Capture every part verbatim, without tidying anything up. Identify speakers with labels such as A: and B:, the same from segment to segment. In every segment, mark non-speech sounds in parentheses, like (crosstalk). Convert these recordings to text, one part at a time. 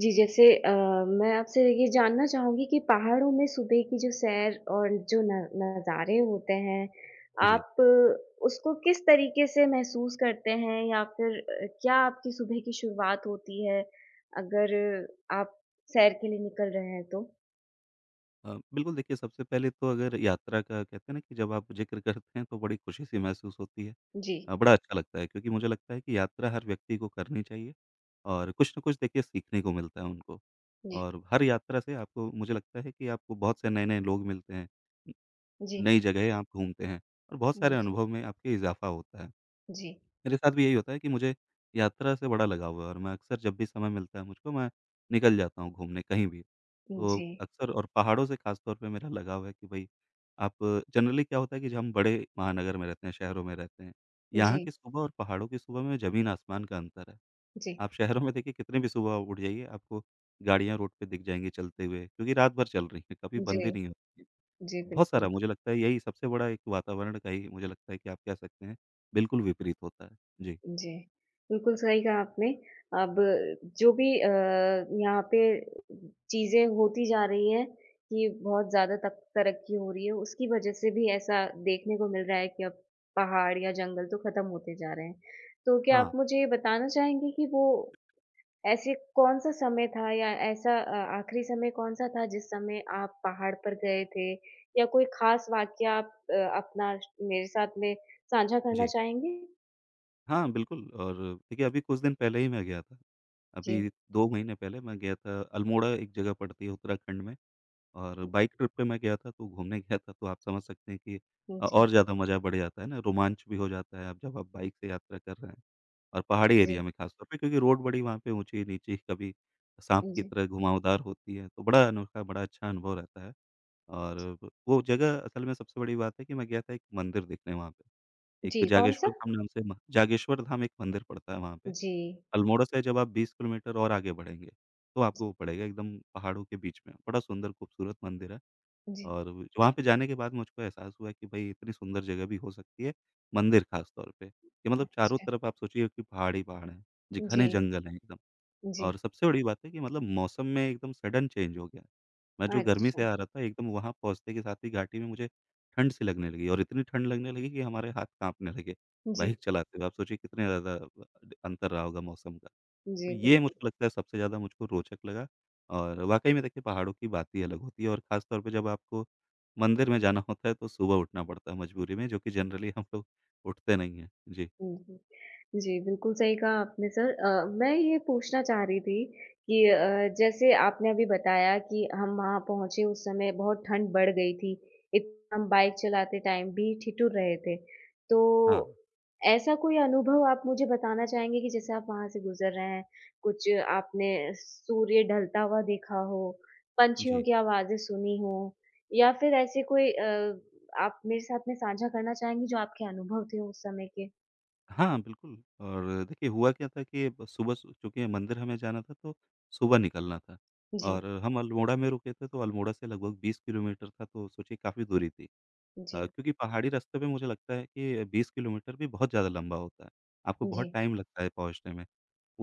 A: जी, जैसे अ, मैं आपसे ये जानना चाहूँगी कि पहाड़ों में सुबह की जो सैर और जो न नज़ारे होते हैं,
B: जी।
A: आप उसको किस तरीके से महसूस करते हैं या फिर अ, क्या आपकी सुबह की शुरुआत होती है, अगर आप सैर के लिए निकल रहे हैं तो?
B: अ, बिल्कुल देखिए, सबसे पहले तो अगर यात्रा का कहते हैं ना, कि जब आप ज़िक्र करते हैं तो बड़ी खुशी-सी महसूस होती है।
A: जी।
B: अ, बड़ा अच्छा लगता है, क्योंकि मुझे लगता है कि यात्रा हर व्यक्ति को करनी चाहिए और कुछ न कुछ देखिए सीखने को मिलता है उनको।
A: जी।
B: और हर यात्रा से आपको, मुझे लगता है कि आपको बहुत से नए-नए लोग मिलते हैं, न
A: जी।
B: नई जगहें आप घूमते हैं और बहुत
A: हुँ।
B: सारे
A: जी।
B: अनुभव में आपके इज़ाफ़ा होता है।
A: जी।
B: मेरे साथ भी यही होता है कि मुझे यात्रा से बड़ा लगाव है, और मैं अक्सर जब भी समय मिलता है मुझको, मैं निकल जाता हूँ घूमने कहीं भी। तो
A: जी।
B: अक्सर, और पहाड़ों से ख़ास तौर पे मेरा लगाव है कि भई आप, जनरली क्या होता है कि जो हम बड़े महानगर में रहते हैं, शहरों में रहते हैं, यहाँ की सुबह और पहाड़ों की सुबह में ज़मीन-आसमान का अंतर है।
A: जी।
B: आप शहरों में देखिए कितनी भी सुबह उठ जाइए, आपको गाड़ियाँ रोड पे दिख जाएँगी चलते हुए, क्योंकि रात भर चल रही हैं, कभी
A: जी।
B: बंद ही नहीं होती।
A: जी,
B: बहुत
A: बिल्कुल।
B: सारा, मुझे लगता है यही सबसे बड़ा एक वातावरण का ही, मुझे लगता है कि आप कह सकते हैं बिल्कुल विपरीत होता है। जी।
A: जी, बिल्कुल सही कहा आपने। अब जो भी अ, यहाँ पे चीज़ें होती जा रही हैं कि बहुत ज़्यादा तक तरक्की हो रही है, उसकी वजह से भी ऐसा देखने को मिल रहा है कि अब पहाड़ या जंगल तो खत्म होते जा रहे हैं। तो क्या आप
B: हाँ,
A: मुझे ये बताना चाहेंगे कि वो ऐसे कौन-सा समय था या ऐसा अ, आखिरी समय कौन-सा था जिस समय आप पहाड़ पर गए थे? या कोई खास वाक़या आप अ, अपना मेरे साथ में साझा करना
B: जी।
A: चाहेंगे?
B: हाँ, बिल्कुल। और देखिए, अभी कुछ दिन पहले ही मैं गया था।
A: जी।
B: अभी दो महीने पहले मैं गया था अल्मोड़ा, एक जगह पड़ती है उत्तराखंड में। और बाइक ट्रिप पे मैं गया था, तो घूमने गया था, तो आप समझ सकते हैं कि
A: हुँ,
B: अ,
A: जी।
B: और ज़्यादा मज़ा बढ़ जाता है ना, रोमांच भी हो जाता है। आप जब आप बाइक से यात्रा कर रहे हैं और पहाड़ी
A: जी,
B: एरिया में खासतौर पे, क्योंकि रोड बड़ी वहाँ पे ऊँची-नीची, कभी साँप की
A: जी।
B: तरह घुमावदार होती है, तो बड़ा अनोखा, बड़ा अच्छा अनुभव रहता है। और व वो जगह असल में, सबसे बड़ी बात है कि मैं गया था एक मंदिर देखने वहाँ पे,
A: जी,
B: एक
A: कौन-सा?
B: जागेश्वर धाम नाम से, म जागेश्वर धाम एक मंदिर पड़ता है वहाँ पे।
A: जी।
B: अल्मोड़ा से जब आप बीस किलोमीटर और आगे बढ़ेंगे, तो आपको वो पड़ेगा एकदम पहाड़ों के बीच में। बड़ा सुंदर, खूबसूरत मंदिर है,
A: जी,
B: और वो- वहाँ पे जाने के बाद मुझको एहसास हुआ कि भई इतनी सुंदर जगह भी हो सकती है, मंदिर ख़ास तौर पे। कि मतलब, चारों
A: अच्छा।
B: तरफ आप सोचिए कि पहाड़ ही पहाड़ हैं, जी, घने
A: जी।
B: जंगल हैं एकदम।
A: जी,
B: और सबसे बड़ी बात है कि मतलब, मौसम में एकदम सडन चेंज हो गया। मैं जो गर्मी
A: अच्छा।
B: से आ रहा था, एकदम वहाँ पहुँचते के साथ ही घाटी में मुझे ठंड सी लगने लगी, और इतनी ठंड लगने लगी कि हमारे हाथ काँपने लगे,
A: जी।
B: बाइक चलाते हुए। आप सोचिए कितने ज़्यादा अ, अंतर रहा होगा मौसम का। तो
A: जी,
B: ये,
A: बिल्कुल।
B: मुझको लगता है सबसे ज़्यादा मुझको रोचक लगा। और वाक़ई में देखिए, पहाड़ों की बात ही अलग होती है, और ख़ास तौर पे जब आपको मंदिर में जाना होता है तो सुबह उठना पड़ता है मजबूरी में, जो कि जनरली हम लोग उठते नहीं हैं। जी,
A: हुँ, हुँ। जी, बिल्कुल सही कहा आपने सर। अ, मैं ये पूछना चाह रही थी कि अ, जैसे आपने अभी बताया कि हम वहाँ पहुँचे उस समय बहुत ठंड बढ़ गई थी। इतना हम बाइक चलाते टाइम भी ठिठुर रहे थे। तो
B: हाँ,
A: ऐसा कोई अनुभव आप मुझे बताना चाहेंगे कि जैसे आप वहाँ से गुज़र रहे हैं, कुछ आपने सूर्य ढलता हुआ देखा हो, पंछियों
B: जी।
A: की आवाज़ें सुनी हो या फिर ऐसे कोई अ, आप मेरे साथ में साझा करना चाहेंगी जो आपके अनुभव थे उस समय के?
B: हाँ, बिल्कुल। और देखिए, हुआ क्या था कि ब सुबह सु चूँकि मंदिर हमें जाना था, तो सुबह निकलना था,
A: जी।
B: और हम अल्मोड़ा में रुके थे, तो अल्मोड़ा से लगभग बीस किलोमीटर था, तो सोचिए काफ़ी दूरी थी। अ,
A: जी।
B: क्योंकि पहाड़ी रास्ते पे, मुझे लगता है कि बीस किलोमीटर भी बहुत ज़्यादा लंबा होता है। आपको बहुत
A: जी।
B: टाइम लगता है पहुँचने में।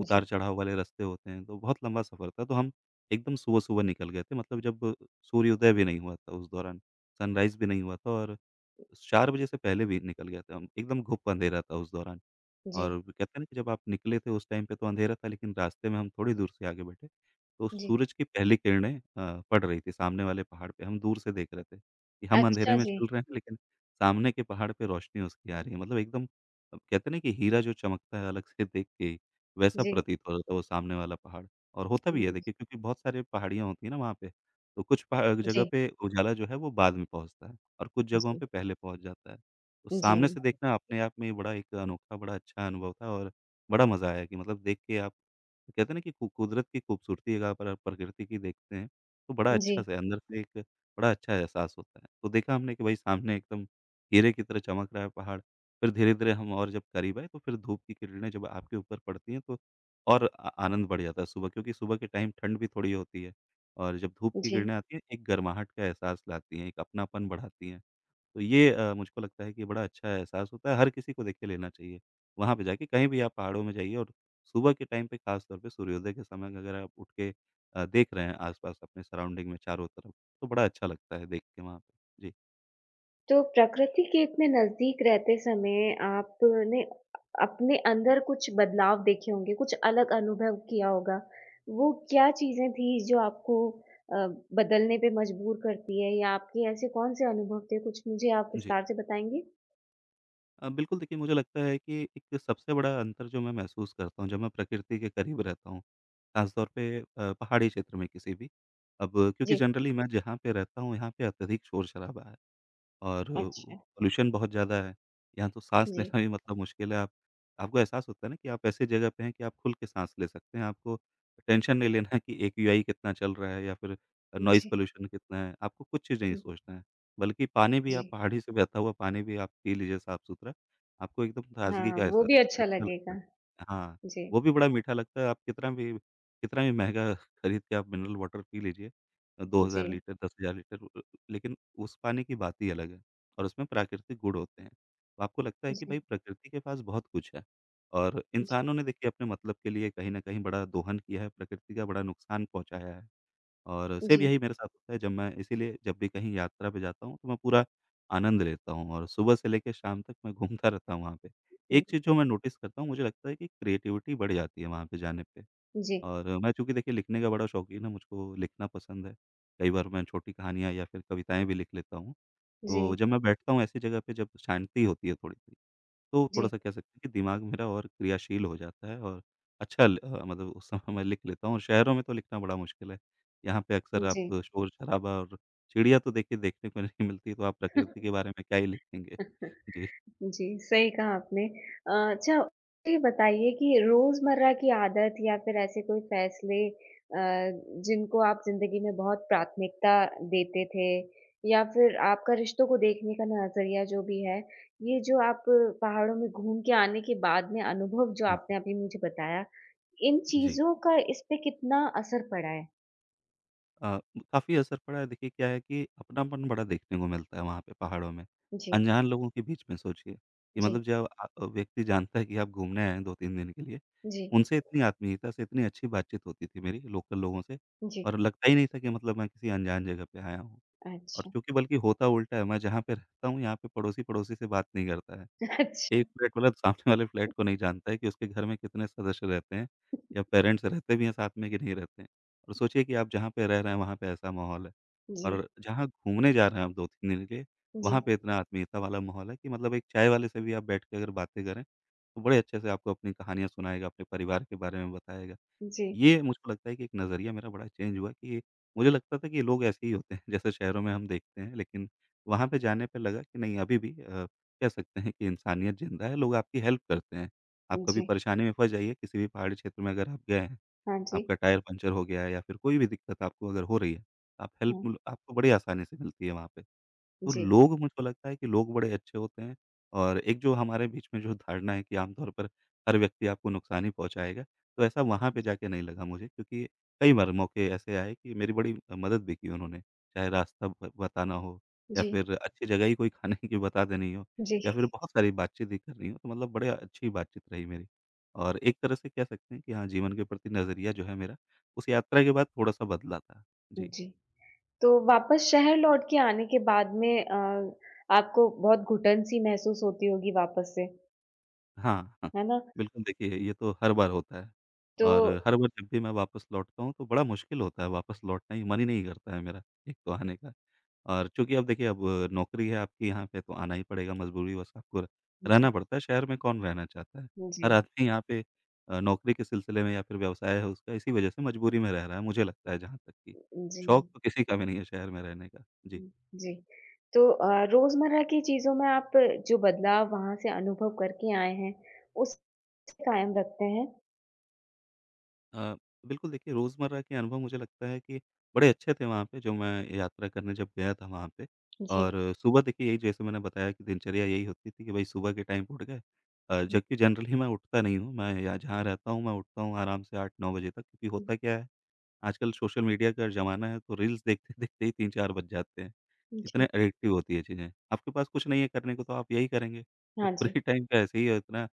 A: जी।
B: वाले रास्ते होते हैं, तो बहुत लंबा सफ़र था। तो हम एकदम सुबह-सुबह निकल गए थे, मतलब जब सूर्योदय भी नहीं हुआ था उस दौरान, सनराइज़ भी नहीं हुआ था, और चार बजे से पहले भी निकल गए थे हम। एकदम घुप अंधेरा था उस दौरान,
A: जी।
B: और वो कहते हैं ना कि जब आप निकले थे उस टाइम पे तो अंधेरा था, लेकिन रास्ते में हम थोड़ी दूर से आगे बढ़े, तो
A: जी।
B: सूरज की पहली किरणें अ, पड़ रही थी सामने वाले पहाड़ पे, हम दूर से देख रहे थे। कि हम अंधेरे
A: अच्छा
B: में
A: जी।
B: चल रहे हैं, लेकिन सामने के पहाड़ पे रोशनी उसकी आ रही है। मतलब एकदम, अ, कहते हैं ना कि हीरा जो चमकता है अलग से देख के, वैसा
A: जी।
B: प्रतीत हो जाता है वो सामने वाला पहाड़। और होता भी है
A: हुँ,
B: देखिए, क्योंकि बहुत सारे पहाड़ियाँ होती हैं ना वहाँ पे, तो कुछ पहा जगह
A: जी।
B: पे उजाला जो है वो बाद में पहुँचता है, और कुछ जगहों
A: जी।
B: पे पहले पहुँच जाता है। तो
A: जी।
B: सामने से देखना अपने आप में बड़ा एक अनोखा, बड़ा अच्छा अनुभव था। और बड़ा मज़ा आया कि मतलब, देख के आप तो कहते हैं ना कि कु कुदरत की खूबसूरती अगर आप अगर प्रकृति की देखते हैं, तो बड़ा अच्छा
A: जी।
B: सा अंदर से एक, बड़ा अच्छा एहसास होता है। तो देखा हमने कि भाई, सामने एकदम हीरे की तरह चमक रहा है पहाड़। फिर धीरे-धीरे हम और जब करीब आए, तो फिर धूप की किरणें जब आपके ऊपर पड़ती हैं, तो और आ आनंद बढ़ जाता है सुबह, क्योंकि सुबह के टाइम ठंड भी थोड़ी होती है, और जब धूप की
A: जी।
B: किरणें आती हैं, एक गर्माहट का एहसास लाती हैं, एक अपनापन बढ़ाती हैं। तो ये, अ, मुझको लगता है कि बड़ा अच्छा एहसास होता है, हर किसी को देखिए लेना चाहिए। वहाँ पे जाके, कहीं भी आप पहाड़ों में जाइए, और सुबह के टाइम पे, ख़ास तौर पे सूर्योदय के समय, अगर आप उठ के अ, देख रहे हैं आस-पास, अपने सराउंडिंग में चारों तरफ, तो बड़ा अच्छा लगता है देख के वहाँ पे। जी।
A: तो प्रकृति के इतने नज़दीक रहते समय आपने अपने अंदर कुछ बदलाव देखे होंगे, कुछ अलग अनुभव किया होगा। वो क्या चीज़ें थी जो आपको अ, बदलने पे मजबूर करती है या आपके ऐसे कौन-से अनुभव थे? कुछ मुझे आप
B: जी।
A: विस्तार से बताएँगे?
B: अ, बिल्कुल देखिए, मुझे लगता है कि एक सबसे बड़ा अंतर जो मैं महसूस करता हूँ, जब मैं प्रकृति के करीब रहता हूँ, ख़ास तौर पे अ, पहाड़ी क्षेत्र में किसी भी। अब क्योंकि
A: जी,
B: जनरली मैं जहाँ पे रहता हूँ, यहाँ पे अत्यधिक शोर-शराबा है। और वो
A: अच्छा।
B: पॉल्यूशन बहुत ज़्यादा है। यहाँ तो साँस
A: जी।
B: लेना भी, मतलब मुश्किल है। आप आपको एहसास होता है ना कि आप ऐसी जगह पे हैं कि आप खुल के साँस ले सकते हैं। आपको टेंशन नहीं लेना है कि एक्यूआई कितना चल रहा है, या फिर नॉइज़
A: जी।
B: पॉल्यूशन कितना है। आपको कुछ चीज़ नहीं
A: हुँ,
B: सोचना है। बल्कि पानी भी,
A: जी।
B: आप पहाड़ी से बहता हुआ पानी भी आप पी लीजिए, साफ़-सुथरा। आपको एकदम ताज़गी
A: हाँ,
B: का
A: वो
B: एहसास
A: भी
B: होगा,
A: अच्छा
B: अच्छा लगता
A: लगेगा।
B: है। हाँ,
A: जी।
B: वो भी बड़ा मीठा लगता है। आप कितना भी, कितना भी महँगा (laughs) खरीद के आप मिनरल वाटर पी लीजिए। अ, दो हज़ार
A: जी।
B: लीटर, दस हज़ार लीटर, लेकिन उस पानी की बात ही अलग है, और उसमें प्राकृतिक गुण होते हैं। तो आपको लगता है कि
A: जी।
B: भाई, प्रकृति के पास बहुत कुछ है, और
A: जी।
B: इंसानों ने देखिए अपने मतलब के लिए कहीं न कहीं बड़ा दोहन किया है, प्रकृति का बड़ा नुकसान पहुँचाया है। और सेम
A: जी।
B: यही मेरे साथ होता है, जब मैं इसीलिए जब भी कहीं यात्रा पे जाता हूँ, तो मैं पूरा आनंद लेता हूँ, और सुबह से लेके शाम तक मैं घूमता रहता हूँ वहाँ पे।
A: हुँ,
B: एक चीज़ जो मैं नोटिस करता हूँ, मुझे लगता है कि क्रिएटिविटी बढ़ जाती है वहाँ पे जाने पे।
A: जी।
B: और मैं चूँकि देखिए लिखने का बड़ा शौकीन है, मुझको लिखना पसंद है। कई बार मैं छोटी कहानियाँ या फिर कविताएँ भी लिख लेता हूँ। तो
A: जी।
B: जब मैं बैठता हूँ ऐसी जगह पे जब शांति होती है थोड़ी-सी, तो
A: जी।
B: थोड़ा-सा कह सकते हैं कि दिमाग मेरा और क्रियाशील हो जाता है, और अच्छा ल अ, मतलब उस समय मैं लिख लेता हूँ, और शहरों में तो लिखना बड़ा मुश्किल है। यहाँ पे अक्सर आप
A: जी।
B: शोर-शराबा, और चिड़िया तो देखिए देखने को नहीं मिलती, तो आप प्रकृति के
A: (laughs)
B: बारे में क्या ही लिखेंगे। जी,
A: जी, सही कहा आपने। अ, अच्छा ये बताइए कि रोज़मर्रा की आदत या फिर ऐसे कोई फ़ैसले अ, जिनको आप ज़िंदगी में बहुत प्राथमिकता देते थे या फिर आपका रिश्तों को देखने का नज़रिया जो भी है, ये जो आप पहाड़ों में घूम के आने के बाद में अनुभव जो
B: हुँ।
A: आपने अभी मुझे बताया इन
B: जी।
A: चीज़ों का इस पे कितना असर पड़ा है?
B: अ, काफ़ी असर पड़ा है देखिए। क्या है कि अपनापन बड़ा देखने को मिलता है वहाँ पे पहाड़ों में,
A: जी।
B: अनजान लोगों के बीच में। सोचिए कि
A: जी।
B: मतलब, जब अ अ, व्यक्ति जानता है कि आप घूमने आए हैं दो तीन दिन के लिए,
A: जी।
B: उनसे इतनी आत्मीयता से, इतनी अच्छी बातचीत होती थी मेरी लोकल लोगों से,
A: जी।
B: और लगता ही नहीं था कि मतलब मैं किसी अनजान जगह पे आया हूँ। और
A: अच्छा।
B: चूँकि, बल्कि होता उल्टा है, मैं जहाँ पे रहता हूँ यहाँ पे पड़ोसी-पड़ोसी से बात नहीं करता है।
A: (laughs) अच्छा।
B: एक फ्लैट मतलब, सामने वाले फ्लैट को नहीं जानता है कि उसके घर में कितने सदस्य रहते हैं, या पेरेंट्स रहते भी हैं साथ में कि नहीं रहते हैं। और सोचिए कि आप जहाँ पे रह रहे हैं वहाँ पे ऐसा माहौल है,
A: जी।
B: और जहाँ घूमने जा रहे हैं आप दो तीन दिन के लिए, वहाँ
A: जी।
B: पे इतना आत्मीयता वाला माहौल है कि मतलब, एक चाय वाले से भी आप बैठ के अगर बातें करें, तो बड़े अच्छे से आपको अपनी कहानियाँ सुनाएगा, अपने परिवार के बारे में बताएगा।
A: जी।
B: ये, मुझको लगता है कि एक नज़रिया मेरा बड़ा चेंज हुआ कि, मुझे लगता था कि लोग ऐसे ही होते हैं (laughs) जैसे शहरों में हम देखते हैं, लेकिन वहाँ पे जाने पे लगा कि नहीं, अभी भी अ, कह सकते हैं कि इंसानियत ज़िंदा है, लोग आपकी हेल्प करते हैं। आप कभी
A: जी।
B: परेशानी में फँस जाइए, किसी भी पहाड़ी क्षेत्र में अगर आप गए हैं,
A: हाँ जी,
B: आपका टायर पंक्चर हो गया है या फिर कोई भी दिक्कत आपको अगर हो रही है, आप हेल्प
A: हाँ।
B: ल आपको बड़ी आसानी से मिलती है वहाँ पे। तो
A: जी।
B: लोग मुझको लगता है कि लोग बड़े अच्छे होते हैं और एक जो हमारे बीच में जो धारणा है कि आम तौर पर हर व्यक्ति आपको नुकसान ही पहुँचाएगा, तो ऐसा वहाँ पे जाके नहीं लगा मुझे क्योंकि कई बार मौके ऐसे आए कि मेरी बड़ी मदद भी की उन्होंने, चाहे रास्ता ब बताना हो या
A: जी।
B: फिर अच्छी जगह ही कोई खाने की बता देनी हो
A: जी।
B: या फिर बहुत सारी बातचीत ही करनी हो, तो मतलब बड़े अच्छी बातचीत रही मेरी। और एक तरह से कह सकते हैं कि हाँ, जीवन के प्रति नज़रिया जो है मेरा, उस यात्रा के बाद थोड़ा-सा बदला था। जी।
A: जी। तो वापस शहर लौट के आने के बाद में अ, आपको बहुत घुटन-सी महसूस होती होगी वापस से,
B: हाँ, हाँ।
A: है ना?
B: बिल्कुल, देखिए ये तो हर बार होता है
A: तो
B: और हर बार जब भी मैं वापस लौटता हूँ तो बड़ा मुश्किल होता है, वापस लौटना ही मन ही नहीं करता है मेरा, एक तो आने का। और चूँकि अब देखिए अब नौकरी है आपकी यहाँ पे तो आना ही पड़ेगा, मजबूरीवश आपको
A: जी।
B: रहना पड़ता है। शहर में कौन रहना चाहता है?
A: जी।
B: हर आदमी यहाँ पे अ, नौकरी के सिलसिले में या फिर व्यवसाय है उसका, इसी वजह से मजबूरी में रह रहा है, मुझे लगता है जहाँ तक कि,
A: जी।
B: शौक तो किसी का भी नहीं है शहर में रहने का। जी।
A: हुँ, जी। तो अ, रोज़मर्रा की चीज़ों में आप जो बदलाव वहाँ से अनुभव करके आए हैं, उसे कायम रखते हैं?
B: अ, बिल्कुल देखिए रोज़मर्रा के अनुभव मुझे लगता है कि बड़े अच्छे थे वहाँ पे, जो मैं यात्रा करने जब गया था वहाँ पे।
A: जी।
B: और सुबह देखिए यही जैसे मैंने बताया कि दिनचर्या यही होती थी कि भाई सुबह के टाइम पे उठ गए। अ,
A: हुँ,
B: जबकि जनरली मैं उठता नहीं हूँ, मैं या जहाँ रहता हूँ मैं उठता हूँ आराम से आठ नौ बजे तक, क्योंकि होता क्या है आजकल सोशल मीडिया का ज़माना है, तो रील्स देखते-देखते ही तीन चार बज जाते हैं।
A: हुँ,
B: इतने
A: जी।
B: एडिक्टिव होती है चीज़ें। आपके पास कुछ नहीं है करने को तो आप यही करेंगे। तो
A: हाँ जी।
B: फ्री टाइम का (laughs) ऐसे ही है, इतना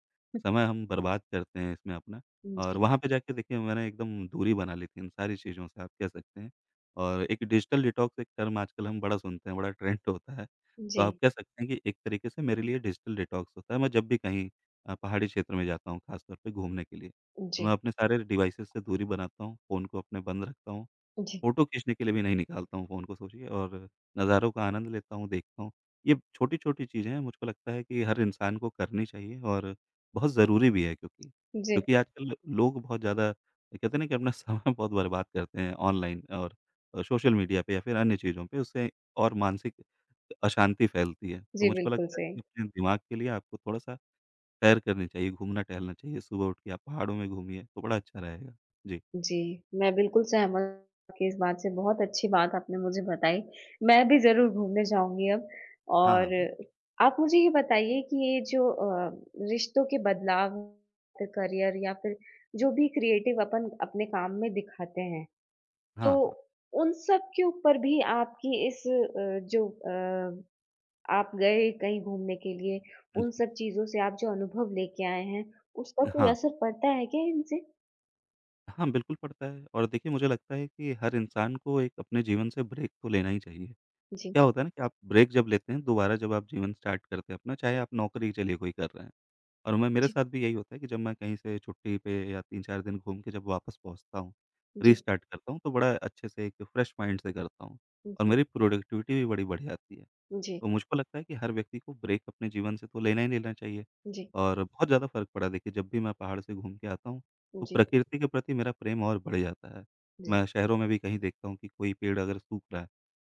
B: समय हम बर्बाद करते हैं इसमें अपना।
A: जी।
B: और
A: जी।
B: वहाँ पे जाके देखिए मैंने एकदम दूरी बना ली थी इन सारी चीज़ों से, आप कह सकते हैं। और एक डिजिटल डिटॉक्स, एक टर्म आजकल हम बड़ा सुनते हैं, बड़ा ट्रेंड (laughs) होता है।
A: जी।
B: तो आप कह सकते हैं कि एक तरीके से मेरे लिए डिजिटल डिटॉक्स होता है, मैं जब भी कहीं अ, पहाड़ी क्षेत्र में जाता हूँ ख़ासतौर पे घूमने के लिए। तो
A: जी।
B: मैं अपने सारे डिवाइसेज़ से दूरी बनाता हूँ, फ़ोन को अपने बंद रखता हूँ,
A: जी।
B: फ़ोटो खींचने के लिए भी नहीं निकालता हूँ फ़ोन को, सोचिए। और नज़ारों का आनंद लेता हूँ, देखता हूँ। ये छोटी-छोटी चीज़ें हैं, मुझको लगता है कि हर इंसान को करनी चाहिए और बहुत ज़रूरी भी है क्योंकि।
A: जी।
B: क्योंकि आजकल लोग बहुत ज़्यादा कहते हैं ना कि अपना (laughs) समय बहुत बर्बाद करते हैं ऑनलाइन और अ, सोशल मीडिया पे या फिर अन्य चीज़ों पे, उससे और मानसिक अशांति फैलती है। तो
A: जी,
B: मुझको
A: बिल्कुल
B: लगता है
A: सही।
B: कि अपने दिमाग के लिए आपको थोड़ा-सा सैर करनी चाहिए, घूमना-टहलना चाहिए। सुबह उठ के आप पहाड़ों में घूमिए, तो बड़ा अच्छा रहेगा। जी।
A: जी, मैं बिल्कुल सहमत आपकी इस बात से, बहुत अच्छी बात आपने मुझे बताई। मैं भी ज़रूर घूमने जाऊँगी अब
B: हाँ, हाँ,
A: और
B: बिल्कुल।
A: आप मुझे ये बताइए कि ये जो अ, रिश्तों के बदलाव, करियर या फिर जो भी क्रिएटिव अपन अपने काम में दिखाते हैं, तो
B: हाँ, हाँ।
A: उन सब के ऊपर भी आपकी इस अ, जो अ, आप गए कहीं घूमने के लिए,
B: जी।
A: उन सब चीज़ों से आप जो अनुभव लेके आए हैं, उसका कोई
B: हाँ।
A: असर पड़ता है क्या इनसे?
B: हाँ, बिल्कुल पड़ता है और देखिए मुझे लगता है कि हर इंसान को एक अपने जीवन से ब्रेक तो लेना ही चाहिए।
A: जी।
B: क्या होता है ना कि आप ब्रेक जब लेते हैं, दोबारा जब आप जीवन स्टार्ट करते हैं अपना, चाहे आप नौकरी चलिए कोई कर रहे हैं। और मैं, मेरे
A: जी।
B: साथ भी यही होता है कि जब मैं कहीं से छुट्टी पे या तीन चार दिन घूम के जब वापस पहुँचता हूँ,
A: जी।
B: रीस्टार्ट करता हूँ, तो बड़ा अच्छे से एक फ्रेश माइंड से करता हूँ और
A: जी।
B: मेरी प्रोडक्टिविटी भी बड़ी बढ़ जाती है।
A: जी।
B: तो मुझको लगता है कि हर व्यक्ति को ब्रेक अपने जीवन से तो लेना ही लेना चाहिए।
A: जी।
B: और बहुत ज़्यादा फ़र्क पड़ा, देखिए जब भी मैं पहाड़ से घूम के आता हूँ, तो
A: जी।
B: प्रकृति के प्रति मेरा प्रेम और बढ़ जाता है।
A: जी।
B: मैं शहरों में भी कहीं देखता हूँ कि कोई पेड़ अगर सूख रहा है,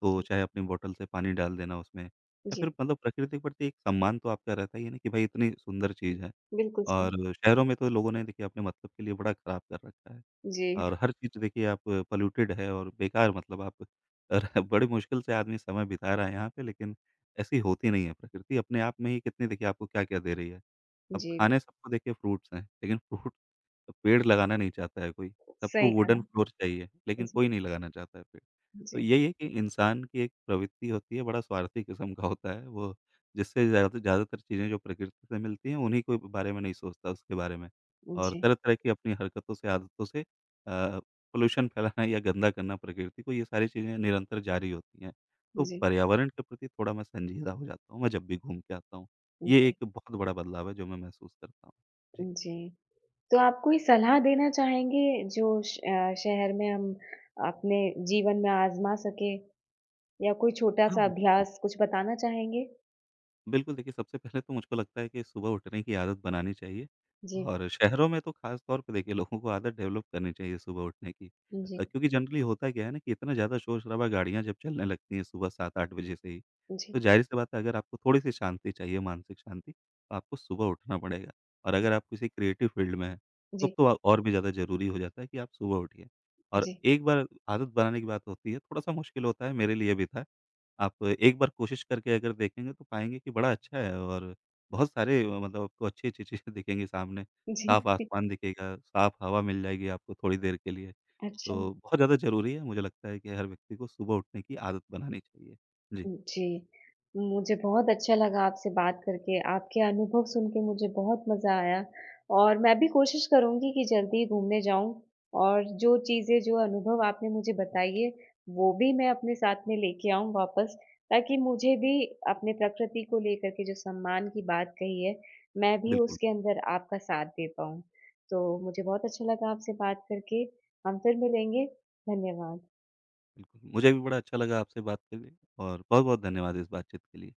B: तो
A: जी।
B: चाहे अपनी बॉटल से पानी डाल देना उसमें या
A: जी,
B: फिर मतलब प्रकृति के प्रति एक सम्मान तो आपका रहता ही है ना कि भाई इतनी सुंदर चीज़ है।
A: बिल्कुल सही।
B: और शहरों में तो लोगों ने देखिए अपने मतलब के लिए बड़ा ख़राब कर रखा है।
A: जी।
B: और हर चीज़ तो देखिए आप पॉल्यूटेड है और बेकार, मतलब आप (laughs) और बड़े मुश्किल से आदमी समय बिता रहा है यहाँ पे, लेकिन ऐसी होती नहीं है प्रकृति, अपने आप में ही कितनी देखिए आपको क्या-क्या दे रही है। अब
A: जी,
B: खाने सबको देखिए फ्रूट्स हैं, लेकिन फ्रूट पेड़ लगाना नहीं चाहता है कोई, सबको
A: सही कहा।
B: वुडन फ्लोर चाहिए, लेकिन
A: जी।
B: कोई नहीं लगाना चाहता है पेड़। तो
A: जी।
B: यही है कि इंसान की एक प्रवृत्ति होती है, बड़ा स्वार्थी किस्म का होता है वो, जिससे ज़्यादा ज़्यादातर चीज़ें जो प्रकृति से मिलती हैं उन्हीं के बारे में नहीं सोचता उसके बारे में। और
A: जी।
B: तरह-तरह की अपनी हरकतों से, आदतों से अ, पोल्यूशन फैलाना या गंदा करना प्रकृति को, ये सारी चीज़ें निरंतर जारी होती हैं। तो
A: जी।
B: पर्यावरण के प्रति थोड़ा मैं संजीदा हो जाता हूँ, मैं जब भी घूम के आता हूँ। ये एक
A: जी।
B: बहुत बड़ा बदलाव है, जो मैं महसूस करता हूँ। जी।
A: जी। तो आप कोई सलाह देना चाहेंगे जो श अ, शहर में हम अपने जीवन में आज़मा सकें या कोई
B: हाँ,
A: छोटा-सा
B: बिल्कुल।
A: अभ्यास कुछ बताना चाहेंगे?
B: बिल्कुल, देखिए सबसे पहले तो मुझको लगता है कि सुबह उठने की आदत बनानी चाहिए
A: जी।
B: और हुँ। शहरों में तो ख़ास तौर पे देखिए लोगों को आदत डेवलप करनी चाहिए सुबह उठने की।
A: जी। जी।
B: अ, क्योंकि जनरली होता क्या है ना कि इतना ज़्यादा शोर-शराबा गाड़ियाँ जब चलने लगती हैं सुबह सात आठ बजे से ही,
A: जी।
B: तो ज़ाहिर-सी बात है अगर आपको थोड़ी-सी शांति चाहिए, मानसिक शांति, तो आपको सुबह उठना पड़ेगा। और अगर आप किसी क्रिएटिव फ़ील्ड में हैं, तब
A: जी।
B: तो आ- और भी ज़्यादा ज़रूरी हो जाता है कि आप सुबह उठिए। और
A: जी।
B: एक बार आदत बनाने की बात होती है, थोड़ा-सा मुश्किल होता है, मेरे लिए भी था। आप एक बार कोशिश करके अगर देखेंगे तो पाएँगे कि बड़ा अच्छा है और बहुत सारे अ, मतलब आपको अच्छी-अच्छी चीज़ें दिखेंगी सामने।
A: (laughs)
B: साफ
A: जी,
B: आसमान दिखेगा, साफ हवा मिल जाएगी आपको थोड़ी देर के लिए।
A: अच्छा।
B: तो बहुत ज़्यादा ज़रूरी है, मुझे लगता है कि हर व्यक्ति को सुबह उठने की आदत बनानी चाहिए। जी।
A: जी। मुझे बहुत अच्छा लगा आपसे बात करके, आपके अनुभव सुन के मुझे बहुत मज़ा आया और मैं भी कोशिश करूँगी कि जल्दी घूमने जाऊँ और जो चीज़ें, जो अनुभव आपने मुझे बताई
B: जी।
A: है, वो भी मैं अपने साथ में लेके आऊँ वापस ताकि मुझे भी अपने प्रकृति को लेकर के जो सम्मान की बात कही है, मैं भी
B: बिल्कुल,
A: उसके अंदर आपका साथ दे पाऊँ। तो मुझे बहुत अच्छा लगा आपसे बात करके, हम फिर मिलेंगे, धन्यवाद।
B: बिल्कुल। मुझे भी बड़ा अच्छा लगा आपसे बात करके और बहुत-बहुत धन्यवाद इस बातचीत के लिए।